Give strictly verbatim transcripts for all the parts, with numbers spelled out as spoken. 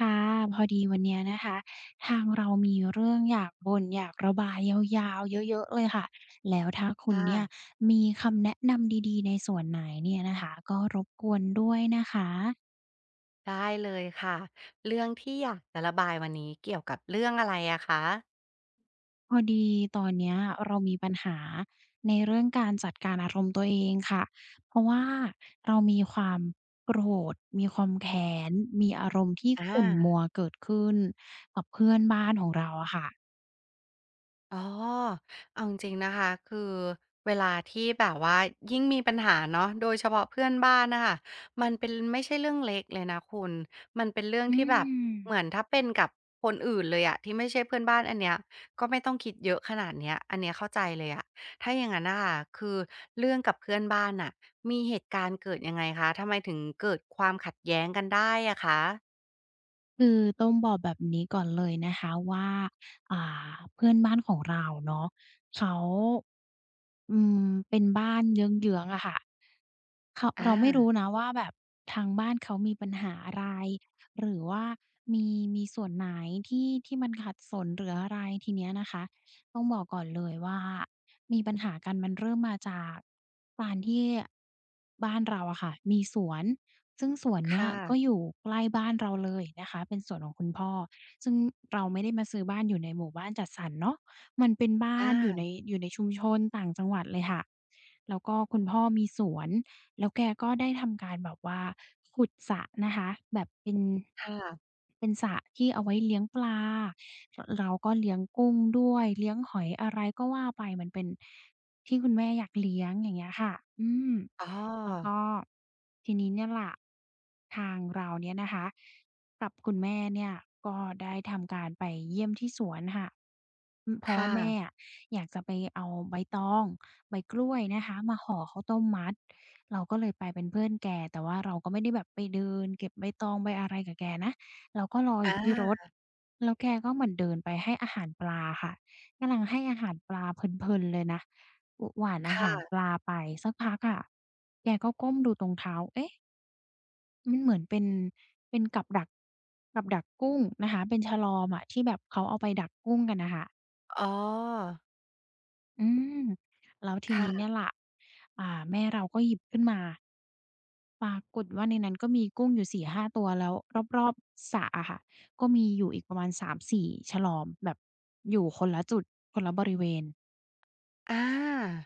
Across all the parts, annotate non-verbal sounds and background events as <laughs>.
ค่ะพอดีวันเนี้ยนะคะทางเรามีเรื่องอยากบ่นอยากระบายยาวๆเยอะๆเลยค่ะแล้วถ้าคุณค่ะเนี่ยมีคำแนะนำดีๆในส่วนไหนเนี่ยนะคะก็รบกวนด้วยนะคะได้เลยค่ะเรื่องที่อยากจะระบายวันนี้เกี่ยวกับเรื่องอะไรอะคะพอดีตอนเนี้ยเรามีปัญหาในเรื่องการจัดการอารมณ์ตัวเองค่ะเพราะว่าเรามีความโกรธมีความแค้นมีอารมณ์ที่อา ขุ่นมัวเกิดขึ้นกับเพื่อนบ้านของเราอะค่ะอ๋อเอาจริงๆนะคะคือเวลาที่แบบว่ายิ่งมีปัญหาเนาะโดยเฉพาะเพื่อนบ้านนะคะมันเป็นไม่ใช่เรื่องเล็กเลยนะคุณมันเป็นเรื่องอืที่แบบม เหมือนถ้าเป็นกับคนอื่นเลยอะที่ไม่ใช่เพื่อนบ้านอันเนี้ยก็ไม่ต้องคิดเยอะขนาดเนี้ยอันเนี้ยเข้าใจเลยอะถ้าอย่างนั้นน่ะค่ะ คือเรื่องกับเพื่อนบ้านอ่ะมีเหตุการณ์เกิดยังไงคะทำไมถึงเกิดความขัดแย้งกันได้อะคะคือต้องบอกแบบนี้ก่อนเลยนะคะว่าอ่าเพื่อนบ้านของเราเนาะเขาอืมเป็นบ้านเยื้องๆอะค่ะ เขาอาเราไม่รู้นะว่าแบบทางบ้านเขามีปัญหาอะไรหรือว่ามีมีส่วนไหนที่ที่มันขัดสนหรืออะไรทีเนี้ยนะคะต้องบอกก่อนเลยว่ามีปัญหากันมันเริ่มมาจากการที่บ้านเราอะค่ะมีสวนซึ่งสวนเนี้ยค่ะก็อยู่ใกล้บ้านเราเลยนะคะเป็นสวนของคุณพ่อซึ่งเราไม่ได้มาซื้อบ้านอยู่ในหมู่บ้านจัดสรรเนาะมันเป็นบ้าอานอยู่ในอยู่ในชุมชนต่างจังหวัดเลยค่ะแล้วก็คุณพ่อมีสวน แล้วแกก็ได้ทำการแบบว่าขุดสระนะคะแบบเป็นค่ะเป็นสระที่เอาไว้เลี้ยงปลารเราก็เลี้ยงกุ้งด้วยเลี้ยงหอยอะไรก็ว่าไปมันเป็นที่คุณแม่อยากเลี้ยงอย่างเงี้ยค่ะอืมอ๋แล้วอก็ทีนี้เนี่ยแหละทางเราเนี่ยนะคะ กับคุณแม่เนี่ยก็ได้ทำการไปเยี่ยมที่สวนค่ะอืมเพราะว่าค่ะแม่อะอยากจะไปเอาใบตองใบกล้วยนะคะมาห่อข้าวต้มมัดเราก็เลยไปเป็นเพื่อนแกแต่ว่าเราก็ไม่ได้แบบไปเดินเก็บใบตองใบอะไรกับแกนะเราก็รอออยู่ที่รถา แล้วแกก็เหมือนเดินไปให้อาหารปลาค่ะกำลังให้อาหารปลาเพลินๆเลยนะอหว่านคอาหารป่ะลาไปสักพักอะแกก็ก้มดูตรงเท้าเอ๊ะ มันเหมือนเป็นเป็นกับดักกับดักกุ้งนะคะเป็นฉลอมอะที่แบบเขาเอาไปดักกุ้งกันน่ะค่ะอ๋ออืมแล้วทีนี้เนี่ยค่ะแหละอ่าแม่เราก็หยิบขึ้นมาปรากฏว่าในนั้นก็มีกุ้งอยู่สี่ห้าตัวแล้วรอบๆสระอะค่ะก็มีอยู่อีกประมาณสามถึงสี่ฉลอมแบบอยู่คนละจุดคนละบริเวณอา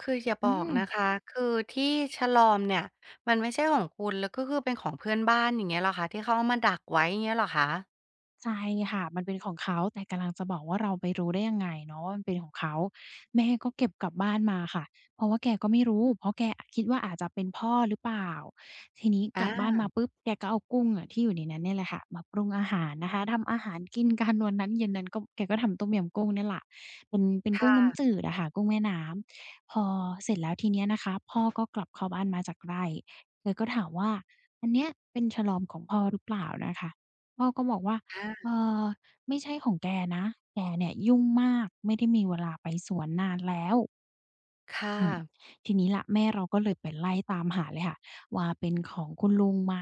คืออย่าอืบอกม นะคะ คือที่ฉลอมเนี่ย มันไม่ใช่ของคุณ แล้วก็คือเป็นของเพื่อนบ้านอย่างเงี้ยเหรอคะที่เขาเอามาดักไว้อย่างเงี้ยเหรอคะใช่ค่ะมันเป็นของเขาแต่กำลังจะบอกว่าเราไปรู้ได้ยังไงเนาะว่ามันเป็นของเขาแม่ก็เก็บกลับบ้านมาค่ะเพราะว่าแกก็ไม่รู้เพราะแกอะคิดว่าอาจจะเป็นพ่อหรือเปล่าทีนี้กอาลับบ้านมาปุ๊บแกก็เอากุ้งอะที่อยู่ในนั้นเนี่ยแหละค่ะมาปรุงอาหารนะคะทำอาหารกินกัน <laughs> วันนั้นเย็นนั้นก็แกก็ทำต้มยำกุ้งเนี่ยแหละเป็นเป็นคกุ้งน้ำจื่ะดอะค่ะกุ้งแม่น้ำพอเสร็จแล้วทีเนี้ยนะคะพ่อก็กลับเข้าบ้านมาจากไร่แกก็ถามว่าอันเนี้ยเป็นฉลอมของพ่อหรือเปล่านะคะพ่อก็บอกว่า อาเออไม่ใช่ของแกนะแกเนี่ยยุ่งมากไม่ได้มีเวลาไปสวนนานแล้วค่ะอืมทีนี้ล่ะแม่เราก็เลยไปไล่ตามหาเลยค่ะว่าเป็นของคุณลุงไหม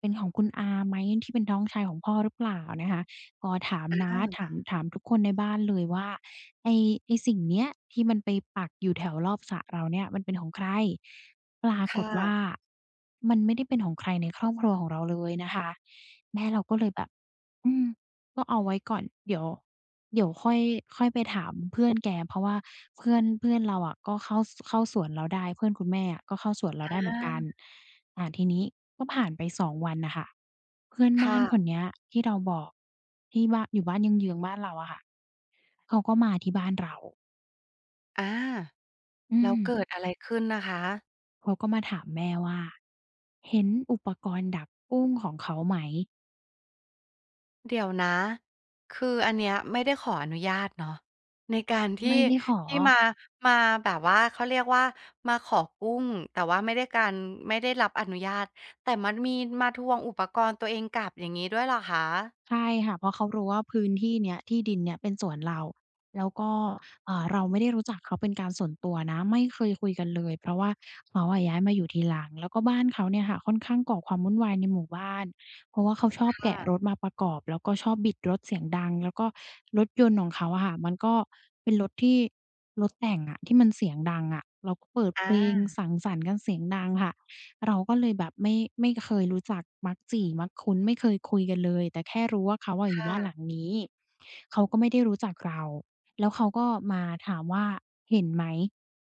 เป็นของคุณอาไหมที่เป็นน้องชายของพ่อหรือเปล่านะคะก็ถามน้าถามถามทุกคนในบ้านเลยว่าไอ้ไอ้สิ่งเนี้ยที่มันไปปักอยู่แถวรอบสระเราเนี่ยมันเป็นของใครปราคกฏว่า่ะมันไม่ได้เป็นของใครในครอบครัวของเราเลยนะคะแม่แบบ อืมก็เอาไว้ก่อนเดี๋ยวเดี๋ยวค่อยค่อยไปถามเพื่อนแกเพราะว่าเพื่อนเพื่อนเราอะก็เข้าสเข้าสวนเราได้เพื่อนคุณแม่อะก็เข้าสวนเราได้เหมือนอากันอ่าทีนี้ก็ผ่านไปสองวันน่ะค่ะเพื่อนคบ้านคน่ะเนี้ยที่เราบอกที่บ้านอยู่บ้านเยื้องๆบ้านเราอะค่ะเขาก็มาที่บ้านเราอาอืแล้วมเกิดอะไรขึ้นนะคะ เขาก็มาถามแม่ว่าเห็นอุปกรณ์ดักกุ้งของเขาไหมเดี๋ยวนะ คืออันเนี้ยไม่ได้ขออนุญาตเนาะในการไม่ที่ได้ขอ ที่มามาแบบว่าเขาเรียกว่ามาขอกุ้งแต่ว่าไม่ได้การไม่ได้รับอนุญาตแต่มันมีมาทวงอุปกรณ์ตัวเองกลับอย่างงี้ด้วยเหรอคะใช่ค่ะเพราะเขารู้ว่าพื้นที่เนี้ยที่ดินเนี้ยเป็นสวนเราแล้วก็อ่าเราไม่ได้รู้จักเขาเป็นการส่วนตัวนะไม่เคยคุยกันเลยเพราะว่าเขาอะย้ายมาอยู่ทีหลังแล้วก็บ้านเขาเนี่ยค่ะค่อนข้างก่อความวุ่นวายในหมู่บ้านเพราะว่าเขาชอคบแกะรถ่ะมาประกอบแล้วก็ชอบบิดรถเสียงดังแล้วก็รถยนต์ของเขาอะค่ะมันก็เป็นรถที่รถแต่งอะที่มันเสียงดังอะแล้วก็เปิดเพลงอาสังสรรค์กันเสียงดังค่ะ เราก็เลยแบบไม่ไม่เคยรู้จักมักจี่มักคุ้นไม่เคยคุยกันเลยแต่แค่รู้ว่าเขาอะอยู่บ้านหลังค่ะนี้เขาก็ไม่ได้รู้จักเราแล้วเขาก็มาถามว่าเห็นไหม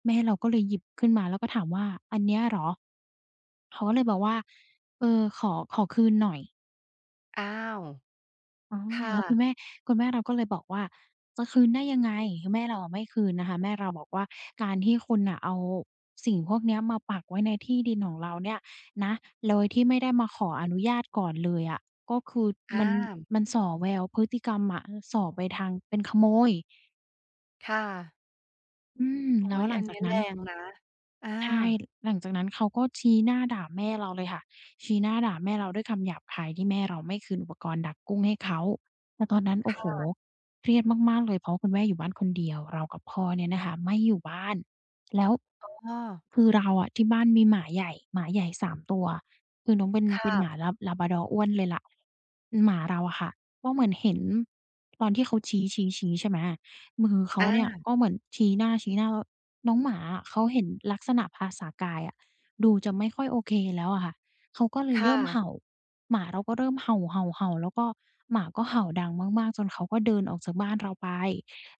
แม่เราก็เลยหยิบขึ้นมาแล้วก็ถามว่าอันเนี้ยเหรอเขาก็เลยบอกว่าเออขอขอคืนหน่อย อ้าวอาค่ะแล้วคุณแม่คุณแม่เราก็เลยบอกว่าจะคืนได้ยังไงคือแม่เราอะไม่คืนนะคะแม่เราบอกว่าการที่คุณน่ะเอาสิ่งพวกเนี้ยมาปักไว้ในที่ดินของเราเนี่ยนะโดยที่ไม่ได้มาขออนุญาตก่อนเลยอะก็คือมัอานมันส่อแววพฤติกรรมอะส่อไปทางเป็นขโมยค่ะอืมแล้โอ๊วยหลัอังนจากนี้นั้แรน งนะอาใช่หลังจากนั้นเขาก็ชี้หน้าด่าแม่เราเลยค่ะชี้หน้าด่าแม่เราด้วยคำหยาบคายที่แม่เราไม่คืนอุปกรณ์ดักกุ้งให้เขาแต่ตอนนั้นโอ้โฮค่ะเครียดมากๆเลยเพราะคุณแม่อยู่บ้านคนเดียว เรากับพ่อเนี่ยนะคะไม่อยู่บ้าน แล้วอ้อคือเราอะที่บ้านมีหมาใหญ่ หมาใหญ่สามตัว คือน้องเป็นเป็นหมาค่ะลา Labrador อ้วนเลยล่ะหมาเราอะค่ะก็เหมือนเห็นตอนที่เขาชี้ๆๆใช่ไหมมือเขาเนี่ยอาก็เหมือนชี้หน้าชี้หน้า น้องหมาอะเขาเห็นลักษณะภาษากายอะดูจะไม่ค่อยโอเคแล้วอะค่ะเขาก็เลยเริ่ค่ะมเห่าหมาเราก็เริ่มเห่าๆๆแล้วก็หมาก็เห่าดังมากๆจนเขาก็เดินออกจากบ้านเราไป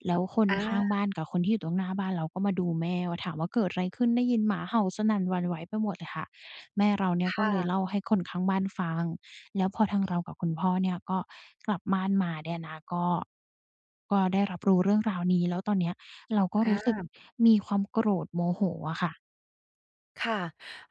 แล้วคนอาข้างบ้านกับคนที่อยู่ตรงหน้าบ้านเราก็มาดูแม่ว่าถามว่าเกิดอะไรขึ้นได้ยินหมาเห่าสนั่นหวั่นไหวไปหมดเลยค่ะแม่เราเนี่ยก็เลยค่ะเล่าให้คนข้างบ้านฟังแล้วพอทางเรากับคุณพ่อเนี่ยก็กลับบ้านมาเนี่ยนะก็ก็ได้รับรู้เรื่องราวนี้แล้วตอนเนี้ย เราก็อรู้สึกา มีความโกรธโมโหอะค่ะค่ะ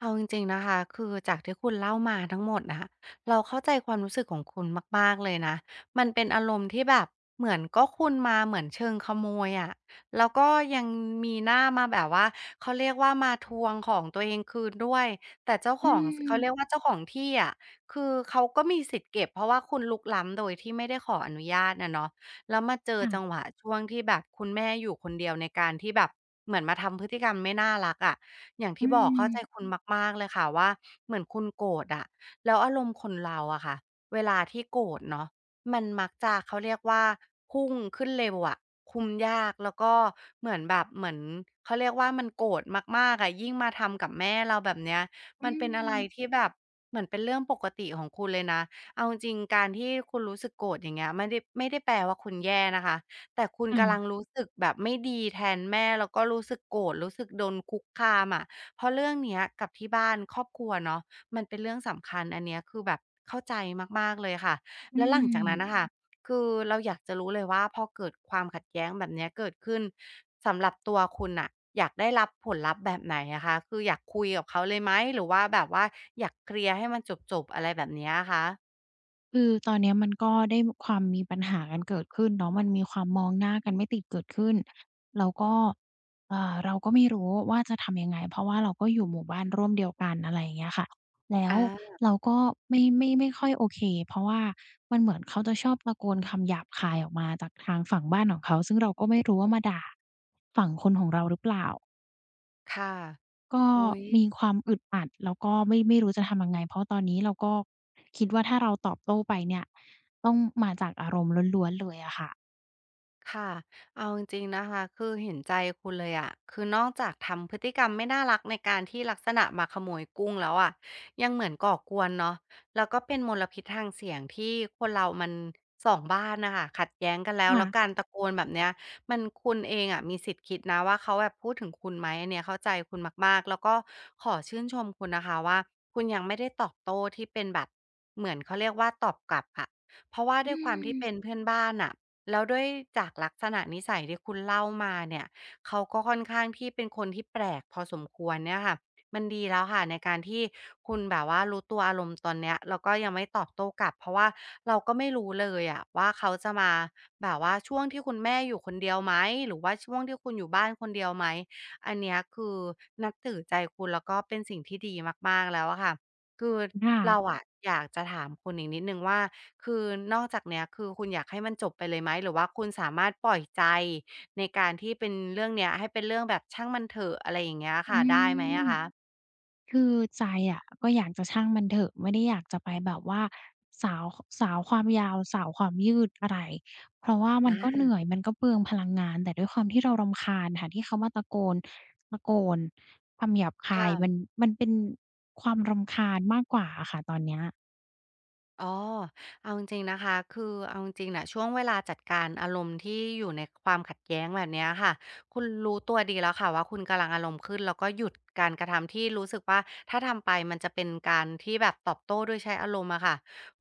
เอาจริงๆนะคะคือจากที่คุณเล่ามาทั้งหมดน่ะเราเข้าใจความรู้สึกของคุณมากๆเลยนะมันเป็นอารมณ์ที่แบบเหมือนก็คุณมาเหมือนเชิงขโมยอะแล้วก็ยังมีหน้ามาแบบว่าเขาเรียกว่ามาทวงของตัวเองคืนด้วยแต่เจ้าขอืองสมเขาเรียกว่าเจ้าของที่อะคือเขาก็มีสิทธิ์เก็บเพราะว่าคุณรุกล้ำโดยที่ไม่ได้ขออนุญาตอะเนาะแล้วมาเจอจังหค่ะวะช่วงที่แบบคุณแม่อยู่คนเดียวในการที่แบบเหมือนมาทำพฤติกรรมไม่น่ารักอะ อย่างอืที่บอกมเข้าใจคุณมากๆเลยค่ะว่าเหมือนคุณโกรธอะแล้วอารมณ์คนเราอะค่ะเวลาที่โกรธเนาะมันมักจะเขาเรียกว่าพุ่งขึ้นเร็วอะคุมยากแล้วก็เหมือนแบบเหมือนเขาเรียกว่ามันโกรธมากๆอะยิ่งมาทำกับแม่เราแบบเนี้ยอืมันเป็นอะไรที่มแบบเหมือนเป็นเรื่องปกติของคุณเลยนะเอาจริงๆการที่คุณรู้สึกโกรธอย่างเงี้ยไม่ได้ไม่ได้แปลว่าคุณแย่นะคะแต่คุณกำลังค่ะรู้สึกแบบไม่ดีแทนแม่แล้วก็รู้สึกโกรธรู้สึกโดนคุกคามอะ เพราะเรื่องเนี้ยกับที่บ้านครอบครัวเนาะมันเป็นเรื่องสำคัญอันเนี้ยคือแบบเข้าใจมากๆเลยค่ะอืแล้วหลังจาอกนั้นน่ะม ค่ะมคือเราอยากจะรู้เลยว่าพอเกิดความขัดแย้งแบบเนี้ยเกิดขึ้นสำหรับตัวคุณน่ะอยากได้รับผลลัพธ์แบบไหนอะคะคืออยากคุยกับเขาเลยไหมหรือว่าแบบว่าอยากเคลียร์ให้มันจบๆอะไรแบบเนี้ยอะคะคือตอนเนี้ยมันก็ได้ความมีปัญหากันเกิดขึ้นเนาะมันมีความมองหน้ากันไม่ติดเกิดขึ้นแล้วก็อ่าเราก็ไม่รู้ว่าจะทำยังไงเพราะว่าเราก็อยู่หมู่บ้านร่วมเดียวกันอะไรอย่างเงี้ยค่ะแล้วอาเราก็ไม่ไม่ไม่ค่อยโอเคเพราะว่ามันเหมือนเขาจะชอบตะโกนคำหยาบคายออกมาจากทางฝั่งบ้านของเขาซึ่งเราก็ไม่รู้ว่ามาด่าฝั่งคนของเราหรือเปล่า ค่ะก็อุ๊ย มีความอึดอัดแล้วก็ไม่ไม่รู้จะทำยังไงเพราะตอนนี้เราก็คิดว่าถ้าเราตอบโต้ไปเนี่ยต้องมาจากอารมณ์ล้วนๆเลยอะค่ะค่ะ เอาจริงๆนะคะ คือเห็นใจคุณเลยอะคือนอกจากทำพฤติกรรมไม่น่ารักในการที่ลักษณะมาขโมยกุ้งแล้วอะยังเหมือนก่อกวนเนาะแล้วก็เป็นมลพิษทางเสียงที่คนเรามันสองบ้านนะคะขัดแย้งกันแล้ว ค่ะแล้วการตะโกนแบบเนี้ยมันคุณเองอะมีสิทธิ์คิดนะว่าเขาแบบพูดถึงคุณไหมอันเนี้ยเข้าใจคุณมากๆ แล้วก็ขอชื่นชมคุณนะคะว่าคุณยังไม่ได้ตอบโต้ที่เป็นแบบเหมือนเขาเรียกว่าตอบกลับอะเพราะว่าอืด้วยความที่มเป็นเพื่อนบ้านอะ แล้วด้วยจากลักษณะนิสัยที่คุณเล่ามาเนี่ยเขาก็ค่อนข้างที่เป็นคนที่แปลกพอสมควรเนี่ยค่ะมันดีแล้วค่ะในการที่คุณแบบว่ารู้ตัวอารมณ์ตอนเนี้ยแล้วก็ยังไม่ตอบโต้กลับเพราะว่าเราก็ไม่รู้เลยอะว่าเขาจะมาแบบว่าช่วงที่คุณแม่อยู่คนเดียวไหมหรือว่าช่วงที่คุณอยู่บ้านคนเดียวไหมอันเนี้ยคือนับถือใจคุณแล้วก็เป็นสิ่งที่ดีมากๆแล้วอะค่ะคือค่ะเราอะอยากจะถามคุณอีกนิดนึงว่า คือนอกจากเนี้ยคือคุณอยากให้มันจบไปเลยไหมหรือว่าคุณสามารถปล่อยใจในการที่เป็นเรื่องเนี้ยให้เป็นเรื่องแบบช่างมันเถอะอะไรอย่างเงี้ยอืค่ะได้ไหมม อะคะคือใจอะก็อยากจะช่างมันเถอะไม่ได้อยากจะไปแบบว่าสาวสาวความยาวสาวความยืดอะไรเพราะว่ามันก็เหอานื่อยมันก็เปลืองพลังงานแต่ด้วยความที่เรารำคาญค่ะที่เขามาตะโกนตะโกนคำหยาบคายค่ะ มันมันเป็นความรำคาญมากกว่าอะค่ะตอนเนี้ยอ๋อเอาจริงๆนะคะ คือเอาจริงๆนะช่วงเวลาจัดการอารมณ์ที่อยู่ในความขัดแย้งแบบเนี้ยค่ะ คุณรู้ตัวดีแล้วค่ะว่าคุณกำลังอารมณ์ขึ้นแล้วก็หยุดการกระทำที่รู้สึกว่าถ้าทำไปมันจะเป็นการที่แบบตอบโต้ด้วยใช้อารมณ์อะค่ะ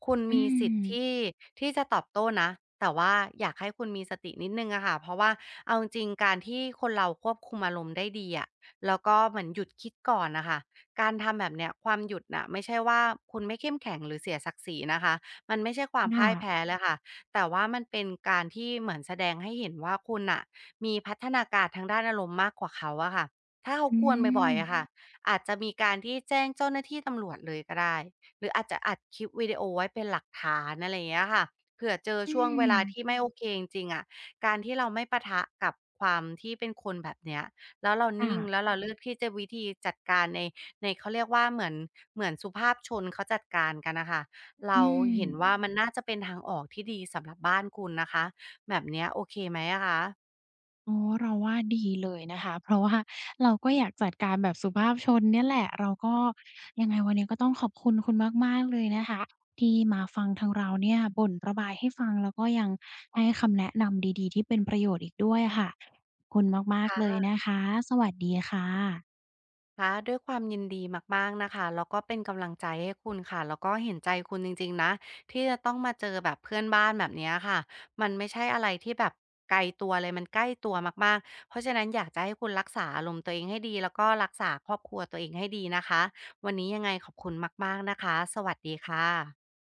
คุณอืมีสิทธิ์ที่มที่จะตอบโต้นะ แต่ว่าอยากให้คุณมีสตินิดหนึ่งอะค่ะเพราะว่าเอาจริงๆการที่คนเราควบคุมอารมณ์ได้ดีอะแล้วก็เหมือนหยุดคิดก่อนนะคะ การทำแบบเนี้ยความหยุดน่ะไม่ใช่ว่าคุณไม่เข้มแข็งหรือเสียศักดิ์ศรีนะคะมันไม่ใช่ความพ่าค่ะยแพ้เลยค่ะแต่ว่ามันเป็นการที่เหมือนแสดงให้เห็นว่าคุณน่ะมีพัฒนาการทางด้านอารมณ์มากกว่าเขาอะค่ะถ้าเขาอืกวนอืบ่อมยๆอะมค่ะอาจจะมีการที่แจ้งเจ้าหน้าที่ตำรวจเลยก็ได้หรืออาจจะอัดคลิปวิดีโอไว้เป็นหลักฐานอะไรอย่างเงี้ยค่ะเผื่อเจออืช่วงเวมลาที่ไม่โอเคจริงๆอะการที่เราไม่ปะทะกับความที่เป็นคนแบบเนี้ยแล้วเราค่ะนิ่งแล้วเราเลือกที่จะวิธีจัดการใน ในเขาเรียกว่าเหมือนเหมือนสุภาพชนเขาจัดการกันน่ะค่ะอืเราม เอห็ืนว่ามมันน่าจะเป็นทางออกที่ดีสำหรับบ้านคุณนะคะแบบเนี้ยโอเคไหมอะคะอ๋อเราว่าดีเลยนะคะเพราะว่าเราก็อยากจัดการแบบสุภาพชนเนี่ยแหละเราก็ยังไงวันนี้ก็ต้องขอบคุณคุณมากๆเลยนะคะที่มาฟังทางเราเนี่ยบ่นระบายให้ฟังแล้วก็ยังให้คำแนะนำดีๆที่เป็นประโยชน์อีกด้วยอะค่ะคุณมากค่ๆเลยะนะคะสวัสดีค่ะคะด้วยความยินดีมากๆนะคะแล้วก็เป็นกำลังใจให้คุณค่ะแล้วก็เห็นใจคุณจริงๆนะที่จะต้องมาเจอแบบเพื่อนบ้านแบบเนี้ยค่ะมันไม่ใช่อะไรที่แบบไกลตัวเลยมันใกล้ตัวมากๆเพราะฉะนั้นอยากจะให้คุณรักษาอารมณ์ตัวเองให้ดีแล้วก็รักษาครอบครัวตัวเองให้ดีนะคะวันนี้ยังไงขอบคุณมากๆนะคะสวัสดีค่ะ